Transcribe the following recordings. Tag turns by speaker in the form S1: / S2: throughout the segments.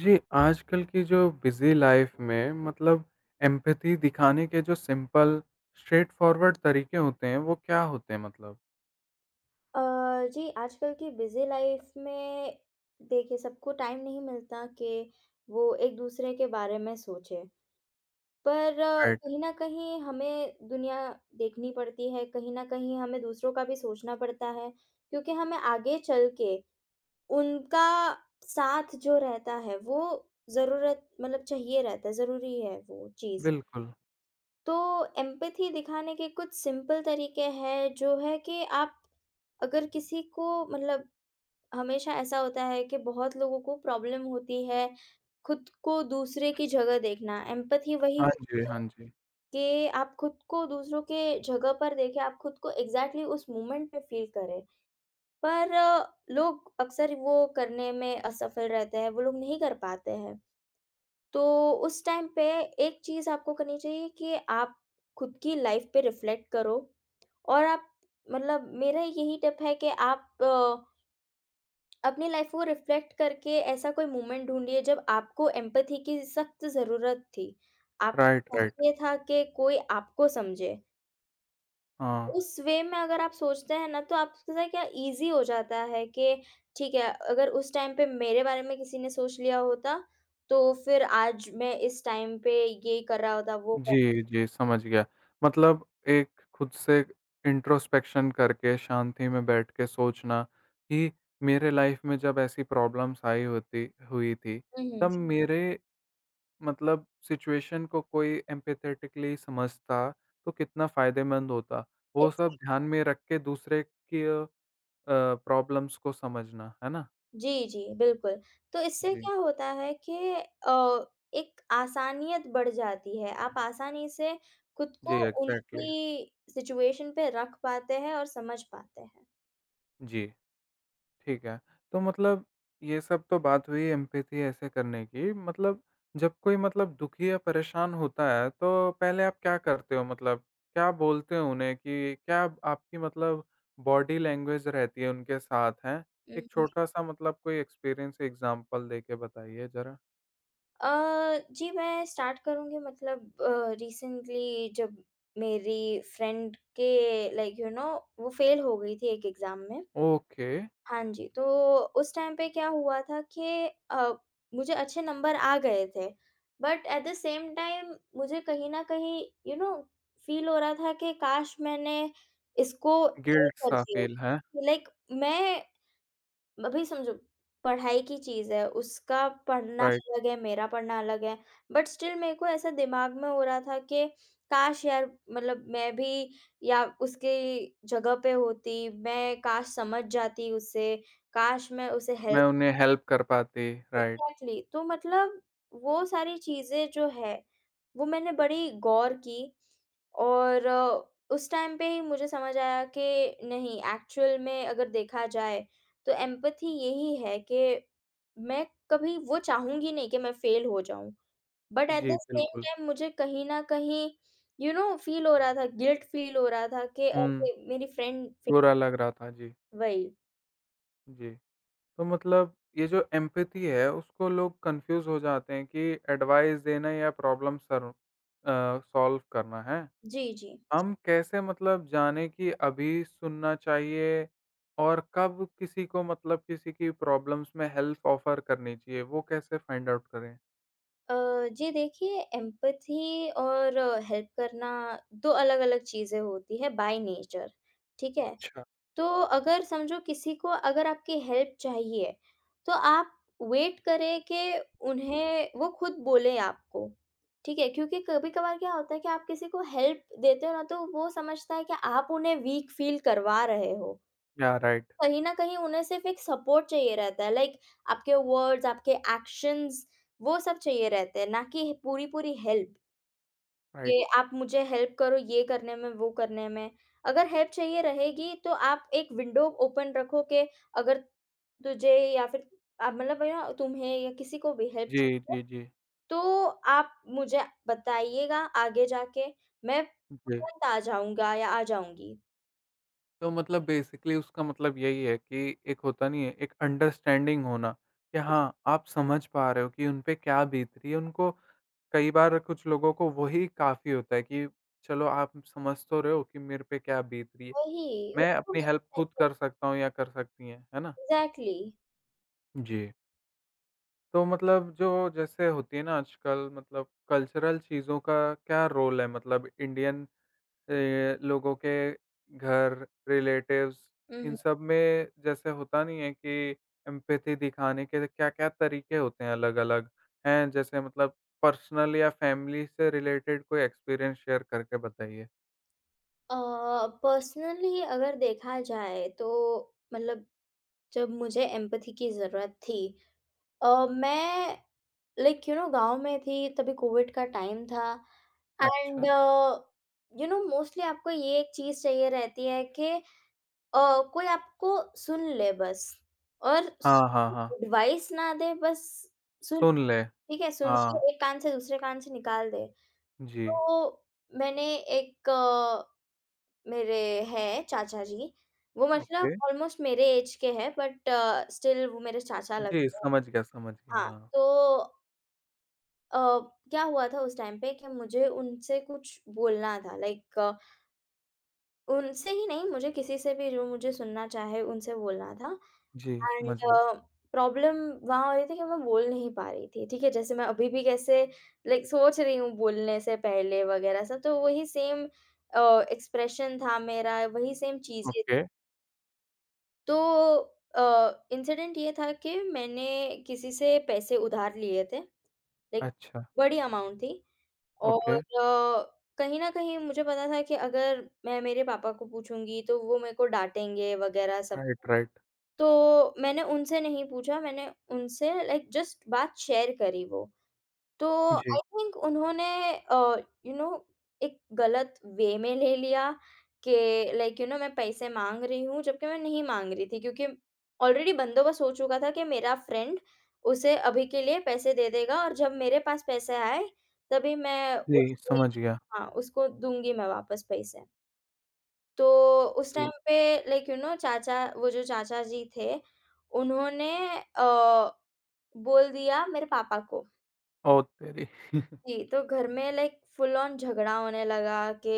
S1: जी, आजकल की जो बिज़ी लाइफ़ में मतलब एम्पैथी दिखाने के जो सिंपल स्ट्रेट फॉरवर्ड तरीके होते हैं, वो क्या होते हैं मतलब?
S2: अ, जी आजकल की बिज़ी लाइफ में देखिए, सबको टाइम नहीं मिलता कि वो एक-दूसरे के बारे में सोचे। पर
S1: राइट,
S2: कहीं न कहीं हमें दुनिया देखनी पड़ती है, कहीं न कहीं हमें दूसरों का भी सोचना पड़ता है क्योंकि हमें आगे चल के उनका साथ जो रहता है वो ज़रूरत मतलब चाहिए रहता है, ज़रूरी है वो चीज़।
S1: बिल्कुल।
S2: तो एम्पैथी दिखाने के कुछ सिंपल तरीके हैं, जो है कि आप अगर किसी को मतलब, हमेशा ऐसा होता है कि बहुत लोगों को प्रॉब्लम होती है खुद को दूसरे की जगह देखना। एम्पैथी वही
S1: हाँ
S2: होती
S1: जी,
S2: है
S1: हाँ जी।
S2: कि आप खुद को दूसरों के जगह पर देखें, आप खुद को एग्ज़ैक्टली उस मोमेंट पे फ़ील करें। पर लोग अक्सर वो करने में असफल रहते हैं, वो लोग नहीं कर पाते हैं। तो उस टाइम पे एक चीज़ आपको करनी चाहिए कि आप खुद की लाइफ़ पे रिफ्लेक्ट करो और आप, मतलब मेरा यही टिप है कि आप अपनी लाइफ को रिफ्लेक्ट करके ऐसा कोई मोमेंट ढूँढिए जब आपको एम्पैथी की सख्त ज़रूरत थी।
S1: राइट,
S2: आपको
S1: राइट।
S2: चाहिए था कि कोई आपको समझे।
S1: हाँ।
S2: उस वे में अगर आप सोचते हैं ना, तो आपके साथ क्या ईज़ी हो जाता है कि ठीक है, अगर उस टाइम पे मेरे बारे में किसी ने सोच लिया होता, तो फिर आज मैं इस टाइम पे ये कर रहा होता, वो।
S1: जी, जी, समझ गया। मतलब एक खुद से इंट्रोस्पेक्शन करके शांति में बैठ के सोचना कि मेरे लाइफ़ में जब ऐसी प्रॉब्लम्स आई होती हुई थी,
S2: हुँ, हुँ।
S1: तब मेरे मतलब सिचुएशन को कोई एम्पैथेटिकली समझता, तो कितना फ़ायदेमंद होता। वो सब ध्यान में रख के दूसरे की प्रॉब्लम्स को समझना, है ना?
S2: जी, जी, बिल्कुल। तो इससे
S1: जी।
S2: क्या होता है कि अ, एक आसानियत बढ़ जाती है। आप आसानी से खुद को
S1: जी, एग्ज़ैक्टली।
S2: उनकी सिचुएशन पे रख पाते हैं और समझ पाते हैं।
S1: जी। ठीक है। तो मतलब ये सब तो बात हुई एम्पैथी ऐसे करने की। मतलब जब कोई मतलब दुखी या परेशान होता है, तो पहले आप क्या करते हो मतलब? क्या बोलते हो उन्हें कि क्या आपकी मतलब बॉडी लैंग्वेज रहती है उनके साथ, हैं?
S2: हुँ,
S1: एक
S2: हुँ।
S1: छोटा-सा मतलब कोई एक्सपीरियंस एग्ज़ाम्पल देके बताइए ज़रा।
S2: अ, जी, मैं स्टार्ट करूँगी मतलब रिसेंटली जब मेरी फ्रेंड के, लाइक यू नो, वो फ़ेल हो गई थी एक एग्ज़ाम में।
S1: ओके,
S2: हाँ जी, तो उस टाइम पे क्या हुआ था कि अ, मुझे अच्छे नंबर आ गए थे, but at the same time मुझे कहीं न कहीं, यू नो, फ़ील हो रहा था कि काश मैंने इसको ये
S1: गिल्ट
S2: कर
S1: सा
S2: दिया।
S1: फ़ील, हैं?
S2: लाइक मैं, अभी समझो पढ़ाई की चीज़ है, उसका पढ़ना
S1: राइट,
S2: अलग है, मेरा पढ़ना अलग है, बट स्टिल मेरे को ऐसा दिमाग में हो रहा था कि काश यार, मतलब मैं भी या उसकी जगह पे होती, मैं काश समझ जाती उसे, काश मैं उसे
S1: मैं
S2: हेल्प।
S1: उन्हें हेल्प कर पाती, राइट।
S2: एग्ज़ैक्टली, तो मतलब वो सारी चीज़ें जो है, वो मैंने बड़ी गौर की। और उस टाइम पे ही मुझे समझ आया कि नहीं, एक्चुअल में अगर देखा जाए तो एम्पैथी यही है कि मैं कभी वो चाहूँगी नहीं कि मैं फेल हो जाऊँ। बट एट द
S1: जी,
S2: सेम
S1: बिल्कुल।
S2: टाइम मुझे कहीं न कहीं, यू नो, फील हो रहा था, गिल्ट फील हो रहा था कि
S1: हुँ,
S2: अरे! मेरी फ्रेंड फेल।
S1: बुरा लग रहा था। जी,
S2: वही।
S1: जी। तो मतलब ये जो एम्पैथी है उसको लोग कन्फ्यूज़ हो जाते हैं कि एडवाइस देना या प्रॉब्लम सॉल्व करना है।
S2: जी, जी।
S1: हम कैसे मतलब जाने कि अभी सुनना चाहिए और कब किसी को मतलब किसी की प्रॉब्लम्स में हेल्प ऑफ़र करनी चाहिए, वो कैसे फाइंड आउट करें?
S2: अ, जी देखिए, एम्पैथी और हेल्प करना 2 अलग-अलग चीज़ें होती है बाय नेचर, ठीक है?
S1: अच्छा।
S2: तो अगर समझो किसी को अगर आपकी हेल्प चाहिए, तो आप वेट करें कि उन्हें वो खुद बोलें आपको, ठीक है? क्योंकि कभी-कभार क्या होता है कि आप किसी को हेल्प देते हो ना, तो वो समझता है कि आप उन्हें वीक फ़ील करवा रहे हो।
S1: या राइट,
S2: कहीं न कहीं उन्हें सिर्फ़ एक सपोर्ट चाहिए रहता है, लाइक आपके वर्ड्स, आपके एक्शंस, वो सब चाहिए रहते हैं, ना कि पूरी-पूरी हेल्प, ये
S1: राइट।
S2: आप मुझे हेल्प करो ये करने में, वो करने में। अगर हेल्प चाहिए रहेगी तो आप एक विंडो ओपन रखो कि अगर तुझे या फिर मतलब या तुम्हें या किसी को भी हेल्प
S1: जी,
S2: चाहिए,
S1: जी, जी।
S2: तो आप मुझे बताइएगा आगे जाके, मैं
S1: जी।
S2: तुरंत आ जाऊँगा या आ जाऊँगी।
S1: तो मतलब बेसिकली उसका मतलब यही है कि एक होता नहीं है, एक अंडरस्टैंडिंग होना कि हाँ, आप समझ पा रहे हो कि उन पे क्या बीत रही है, उनको कई बार कुछ लोगों को वही काफ़ी होता है कि चलो आप समझ तो रहे हो कि मेरे पे क्या बीत रही है।
S2: वही।
S1: मैं अपनी हेल्प खुद कर सकता हूँ या कर सकती हैं, है ना?
S2: एग्ज़ैक्टली।
S1: जी। तो मतलब जो जैसे होती है ना आजकल मतलब कल्चरल चीज़ों का क्या रोल है मतलब इंडियन लोगों के घर, रिलेटिव्स
S2: हुँ,
S1: इन
S2: हुँ।
S1: सब में जैसे होता नहीं है कि एम्पैथी दिखाने के क्या-क्या तरीके होते हैं अलग-अलग, हैं? जैसे मतलब पर्सनल या फैमिली से रिलेटेड कोई एक्सपीरियंस शेयर करके बताइए।
S2: अ, पर्सनली अगर देखा जाए तो मतलब जब मुझे एम्पैथी की ज़रूरत थी, मैं लाइक यू नो गाँव में थी, तभी कोविड का टाइम था। एंड
S1: अच्छा।
S2: यू नो मोस्टली आपको ये एक चीज़ चाहिए रहती है कि कोई आपको सुन ले बस, और
S1: हाँ, हाँ, हाँ।
S2: एडवाइस ना दे, बस सुन।
S1: सुन ले।
S2: ठीक है, सुन
S1: हाँ,
S2: के एक कान से दूसरे कान से निकाल दे।
S1: जी,
S2: तो मैंने, एक मेरे हैं चाचा जी, वो मतलब
S1: ओके।
S2: ऑलमोस्ट मेरे ऐज के हैं बट स्टिल वो मेरे चाचा
S1: जी,
S2: लगते हैं।
S1: समझ गया,
S2: हाँ,
S1: हाँ।
S2: तो अ, क्या हुआ था उस टाइम पे कि मुझे उनसे कुछ बोलना था, लाइक उनसे ही नहीं, मुझे किसी से भी जो मुझे सुनना चाहे उनसे बोलना था।
S1: जी,
S2: एंड
S1: समझ गया।
S2: प्रॉब्लम वहाँ हो रही थी कि मैं बोल नहीं पा रही थी, ठीक है? जैसे मैं अभी भी कैसे लाइक सोच रही हूँ बोलने से पहले वगैरह सब, तो वही सेम अ, एक्सप्रेशन था मेरा, वही सेम चीज़ें।
S1: ओके,
S2: तो इंसिडेंट ये था कि मैंने किसी से पैसे उधार लिए थे, लाइक
S1: अच्छा,
S2: बड़ी अमाउंट थी।
S1: ओके।
S2: और कहीं न कहीं मुझे पता था कि अगर मैं मेरे पापा को पूछूँगी तो वो मेरे को डाँटेंगे वग़ैरह सब।
S1: Right, right.
S2: तो मैंने उनसे नहीं पूछा, मैंने उनसे लाइक जस्ट बात शेयर करी, वो। तो
S1: जी,
S2: आई थिंक उन्होंने अ, यू नो एक गलत वे में ले लिया कि लाइक यू नो मैं पैसे माँग रही हूँ, जबकि मैं नहीं माँग रही थी क्योंकि ऑलरेडी बंदोबस्त हो चुका था कि मेरा फ्रेंड उसे अभी के लिए पैसे दे देगा और जब मेरे पास पैसे आए, तभी मैं
S1: जी,
S2: उसे।
S1: समझ गया।
S2: हाँ, उसको दूँगी मैं वापस पैसे। तो उस टाइम
S1: जी,
S2: पे लाइक यू नो चाचा, वो जो चाचा जी थे, उन्होंने अ, बोल दिया मेरे पापा को।
S1: ओ तेरी!
S2: जी, तो घर में लाइक फुल ऑन झगड़ा होने लगा कि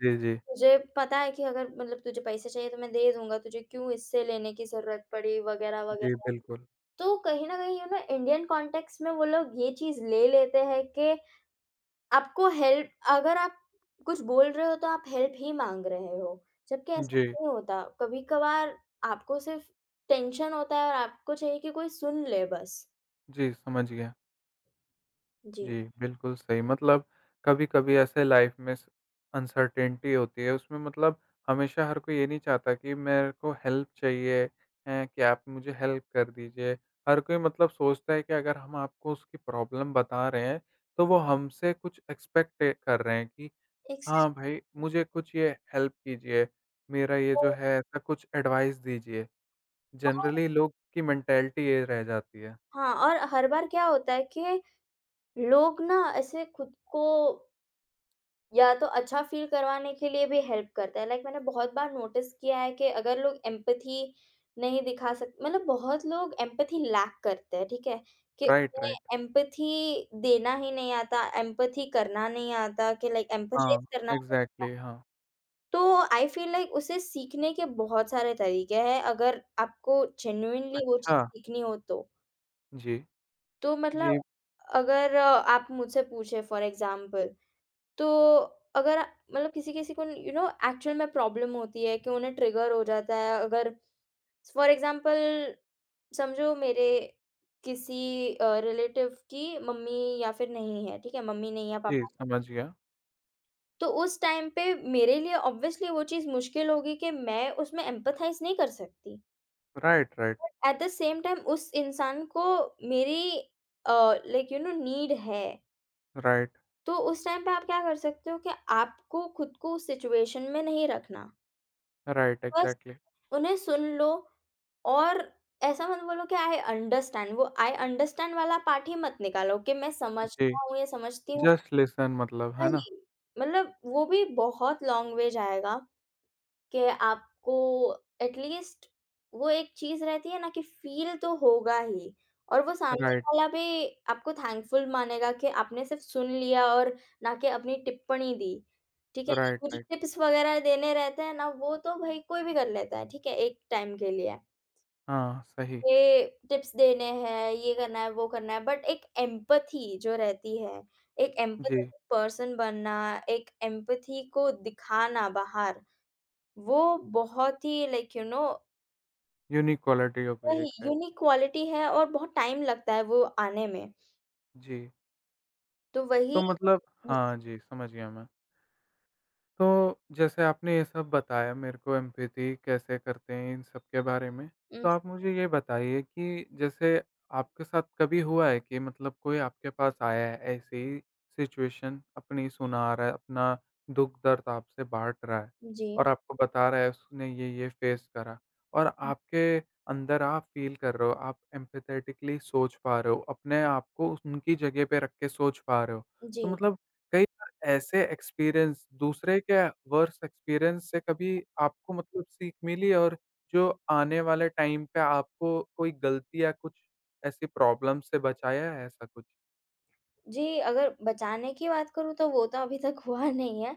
S1: जी, जी।
S2: तुझे पता है कि अगर मतलब तुझे पैसे चाहिए तो मैं दे दूँगा, तुझे क्यों इससे लेने की ज़रूरत पड़ी वगैरह,
S1: जी,
S2: वगैरह।
S1: बिल्कुल।
S2: तो कहीं न कहीं, यू नो, इंडियन कॉन्टेक्स्ट में वो लोग ये चीज़ ले लेते हैं कि आपको हेल्प, अगर आप कुछ बोल रहे हो तो आप हेल्प ही माँग रहे हो, जबकि ऐसा
S1: जी,
S2: नहीं होता। कभी-कभार आपको सिर्फ टेंशन होता है और आपको चाहिए कि कोई सुन ले बस।
S1: जी, समझ गया।
S2: जी।
S1: जी, बिल्कुल सही मतलब कभी-कभी ऐसे लाइफ़ में स अनसर्टेनिटी होती है, उसमें मतलब हमेशा हर कोई ये नहीं चाहता कि मेरे को हेल्प चाहिए है कि आप मुझे हेल्प कर दीजिए। हर कोई मतलब सोचता है कि अगर हम आपको उसकी प्रॉब्लम बता रहे हैं, तो वो हमसे कुछ एक्सपेक्ट कर रहे हैं कि
S2: एक स
S1: हाँ भाई, मुझे कुछ ये हेल्प कीजिए, मेरा ये जो है ऐसा कुछ एडवाइस दीजिए।
S2: और-
S1: जनरली लोग की मेंटालिटी ये रह जाती है।
S2: हाँ, और हर बार क्या होता है कि लोग ना ऐसे खुद को या तो अच्छा फ़ील करवाने के लिए भी हेल्प करते हैं। लाइक मैंने बहुत बार नोटिस किया है कि अगर लोग एम्पैथी नहीं दिखा सक, मतलब बहुत लोग एम्पैथी लैक करते हैं, ठीक है? कि
S1: राइट, राइट।
S2: उन्हें एम्पैथी देना ही नहीं आता, एम्पैथी करना नहीं आता कि लाइक
S1: हाँ,
S2: एम्पैथाइज़ करना नहीं आता।
S1: एग्ज़ैक्टली हाँ।
S2: तो आई फ़ील लाइक उसे सीखने के बहुत सारे तरीके हैं, अगर आपको जेन्युइनली वो
S1: अच्छा,
S2: चीज़ सीखनी हो तो।
S1: जी।
S2: तो
S1: जी,
S2: मतलब अगर आप मुझसे पूछे फॉर एग्ज़ाम्पल, तो अगर मतलब किसी-किसी को, यू नो, एक्चुअल में प्रॉब्लम होती है कि उन्हें ट्रिगर हो जाता है। अगर फॉर एग्ज़ाम्पल समझो, मेरे किसी रिलेटिव की मम्मी या फिर नहीं है, ठीक है? मम्मी नहीं है,
S1: जी,
S2: पापा नहीं है।
S1: समझ गया।
S2: तो उस टाइम पे मेरे लिए ऑब्वियसली वो चीज़ मुश्किल होगी कि मैं उसमें एम्पैथाइज़ नहीं कर सकती।
S1: Right, right,
S2: but at the same time उस इंसान को मेरी, लाइक यू नो, नीड है।
S1: राइट,
S2: तो उस टाइम पे आप क्या कर सकते हो कि आपको खुद को उस सिचुएशन में नहीं रखना।
S1: राइट,
S2: बस
S1: एग्ज़ैक्टली।
S2: उन्हें सुन लो और ऐसा मत बोलो कि आई अंडरस्टैंड। वो आई अंडरस्टैंड वाला पार्ट ही मत निकालो कि मैं
S1: जी,
S2: समझता हूँ या समझती हूँ।
S1: जस्ट लिसन मतलब, है ना?
S2: नहीं, मतलब वो भी बहुत लॉन्ग वे जाएगा कि आपको एटलीस्ट वो एक चीज़ रहती है ना कि फ़ील तो होगा ही और वो सामने
S1: राइट,
S2: वाला भी आपको थैंकफुल मानेगा कि आपने सिर्फ़ सुन लिया और ना कि अपनी टिप्पणी दी। ठीक है?
S1: राइट,
S2: मुझे
S1: राइट।
S2: टिप्स वग़ैरह देने रहते हैं ना, वो तो भई कोई भी कर लेता है, ठीक है? एक टाइम के लिए।
S1: हाँ, सही।
S2: ये टिप्स देने हैं, ये करना है, वो करना है, बट एक एम्पैथी जो रहती है, एक
S1: जी,
S2: एम्पैथेटिक पर्सन बनना, एक एम्पैथी को दिखाना बाहर, वो बहुत ही like you know.
S1: Unique quality हो गई
S2: वही
S1: एक टाइप
S2: यूनिक
S1: की।
S2: क्वालिटी है और बहुत टाइम लगता है वो आने में।
S1: जी,
S2: तो वही।
S1: तो मतलब हाँ जी, समझ गया मैं। तो जैसे आपने ये सब बताया मेरे को एम्पैथी कैसे करते हैं इन सब के बारे में।
S2: उम,
S1: तो आप मुझे ये बताइए कि जैसे आपके साथ कभी हुआ है कि मतलब कोई आपके पास आया है ऐसे ही सिचुएशन अपनी सुना रहा है, अपना दुःख-दर्द आपसे बाँट रहा है
S2: जी।
S1: और आपको बता रहा है उसने ये-ये फ़ेस करा और आपके अंदर आप फ़ील कर रहे हो, आप एम्पैथेटिकली सोच पा रहे हो, अपने आप को उनकी जगह पे रख के सोच पा रहे हो।
S2: जी।
S1: तो मतलब कई बार ऐसे एक्सपीरियंस दूसरे के वर्स्ट एक्सपीरियंस से कभी आपको मतलब सीख मिली और जो आने वाले टाइम पे आपको कोई गलती या कुछ ऐसी प्रॉब्लम से बचाया है ऐसा कुछ?
S2: जी, अगर बचाने की बात करूँ तो वो तो अभी तक हुआ नहीं है।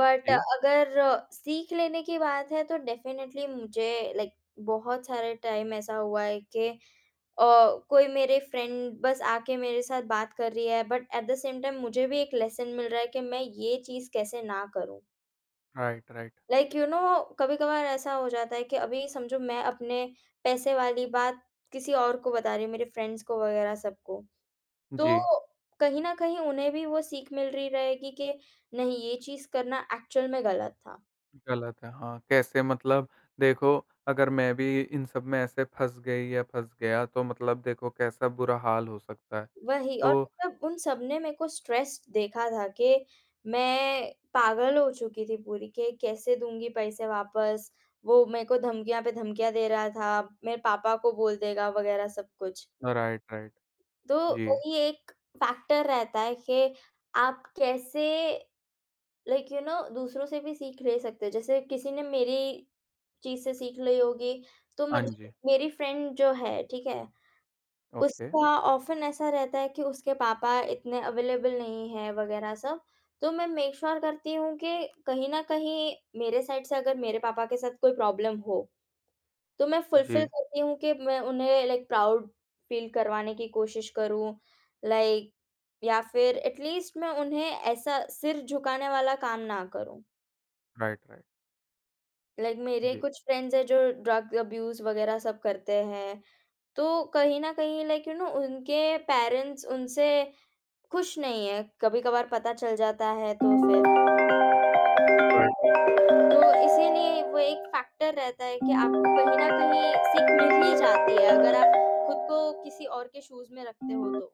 S2: बट
S1: जी।
S2: अगर सीख लेने की बात है तो डेफ़िनेटली मुझे लाइक बहुत सारे टाइम ऐसा हुआ है कि अ, कोई मेरे फ्रेंड बस आके मेरे साथ बात कर रही है but at the same time मुझे भी एक लेसन मिल रहा है कि मैं ये चीज़ कैसे ना करूँ।
S1: Right, right.
S2: Like you know कभी-कभार ऐसा हो जाता है कि अभी समझो मैं अपने पैसे वाली बात किसी और को बता रही हूँ, मेरे फ्रेंड्स को वगैरह सबको। तो
S1: जी,
S2: कहीं न कहीं उन्हें भी वो सीख मिल रही रहेगी कि नहीं, ये चीज़ करना एक्चुअल में गलत था।
S1: गलत है हाँ, कैसे मतलब देखो अगर मैं भी इन सब में ऐसे फँस गई या फँस गया तो मतलब देखो कैसा बुरा हाल हो सकता है।
S2: वही। और
S1: तो
S2: मतलब उन सबने मेरे को स्ट्रेस्ड देखा था कि मैं पागल हो चुकी थी पूरी कि कैसे दूँगी पैसे वापस, वो मेरे को धमकियाँ पे धमकियाँ दे रहा था, मेरे पापा को बोल देगा वगैरह सब कुछ।
S1: Right, right.
S2: तो
S1: जी।
S2: वही एक फैक्टर रहता है कि आप कैसे लाइक यू नो दूसरों से भी सीख ले सकते हो। जैसे किसी ने मेरी चीज़ से सीख ली होगी, तो
S1: हाँ
S2: मतलब
S1: जी।
S2: मेरी फ्रेंड जो है, ठीक है?
S1: ओके।
S2: उसका ऑफ़न ऐसा रहता है कि उसके पापा इतने अवेलेबल नहीं हैं वगैरह सब। तो मैं मेक श्योर करती हूँ कि कहीं न कहीं मेरे साइड से अगर मेरे पापा के साथ कोई प्रॉब्लम हो तो मैं फुलफ़िल
S1: जी।
S2: करती हूँ कि मैं उन्हें लाइक प्राउड फ़ील करवाने की कोशिश करूँ, लाइक या फिर एट लीस्ट मैं उन्हें ऐसा सिर झुकाने वाला काम ना करूँ।
S1: Right, right.
S2: लाइक मेरे
S1: जी।
S2: कुछ फ्रेंड्स हैं जो ड्रग अब्यूज़ वग़ैरह सब करते हैं, तो कहीं न कहीं लाइक यू नो उनके पेरेंट्स उनसे खुश नहीं है, कभी-कभार पता चल जाता है तो फिर,
S1: राइट,
S2: तो इसीलिए वो एक फैक्टर रहता है कि आपको कहीं ना कहीं सीख मिल ही जाती है अगर आप खुद को किसी और के शूज में रखते हो तो।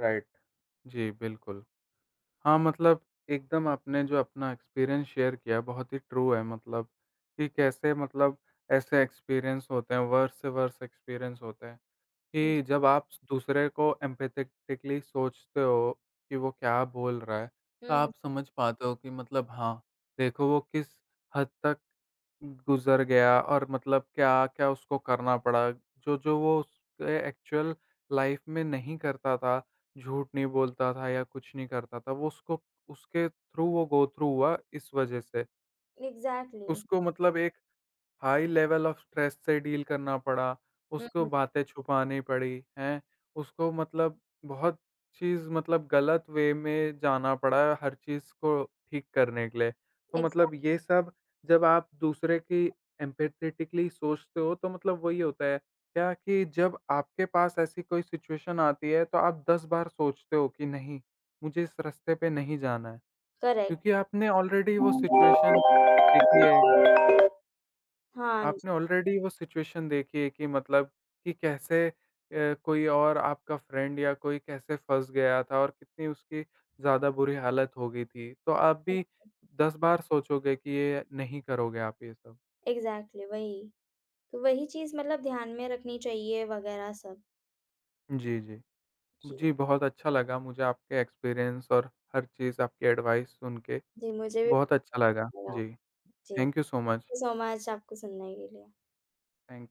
S1: राइट। जी, बिल्कुल। हाँ, मतलब एकदम आपने जो अपना एक्सपीरियंस शेयर किया बहुत ही ट्रू है मतलब कि कैसे मतलब ऐसे एक्सपीरियंस होते हैं, वर्स्ट से वर्स्ट एक्सपीरियंस होते हैं
S2: हुँ।
S1: कि जब आप दूसरे को एम्पैथेटिकली सोचते हो कि वो क्या बोल रहा है, तो
S2: हुँ, हुँ।
S1: आप समझ पाते हो कि मतलब हाँ, देखो वो किस हद तक गुज़र गया और मतलब क्या-क्या उसको करना पड़ा, जो-जो वो उसके एक्चुअल लाइफ़ में नहीं करता था, झूठ नहीं बोलता था या कुछ नहीं करता था, वो उसको उसके थ्रू वो गो थ्रू हुआ इस वज़ह से।
S2: एग्ज़ैक्टली।
S1: उसको मतलब एक हाई लेवल ऑफ स्ट्रेस से डील करना पड़ा,
S2: हुँ,
S1: उसको
S2: हुँ।
S1: बातें छुपानी पड़ी, हैं? उसको मतलब बहुत चीज़ मतलब गलत वे में जाना पड़ा हर चीज़ को ठीक करने के लिए। तो
S2: एग्ज़ैक्ट।
S1: मतलब ये सब जब आप दूसरे की एम्पैथेटिकली सोचते हो तो मतलब वही होता है क्या कि जब आपके पास ऐसी कोई सिचुएशन आती है तो आप 10 बार सोचते हो कि नहीं, मुझे इस रास्ते पे नहीं जाना है।
S2: करेक्ट।
S1: क्योंकि आपने ऑलरेडी वो सिचुएशन देखी है।
S2: हाँ जी,
S1: आपने ऑलरेडी वो सिचुएशन देखी है कि मतलब कि कैसे कोई और आपका फ्रेंड या कोई कैसे फँस गया था और कितनी उसकी ज़्यादा बुरी हालत हो गई थी। तो आप भी
S2: करेक्ट।
S1: 10 बार सोचोगे कि ये नहीं करोगे आप ये सब।
S2: एग्ज़ैक्टली वही। तो वही चीज़ मतलब ध्यान में रखनी चाहिए वगैरह सब।
S1: जी, जी।
S2: जी।
S1: जी, बहुत अच्छा लगा मुझे आपके एक्सपीरियंस और हर चीज़ आपकी एडवाइस सुन के
S2: जी, मुझे भी
S1: बहुत अच्छा
S2: बहुत
S1: लगा।
S2: अच्छा लगा।
S1: जी,
S2: जी, thank
S1: thank you so much.
S2: You so much आपको सुनने के लिए।
S1: थैंक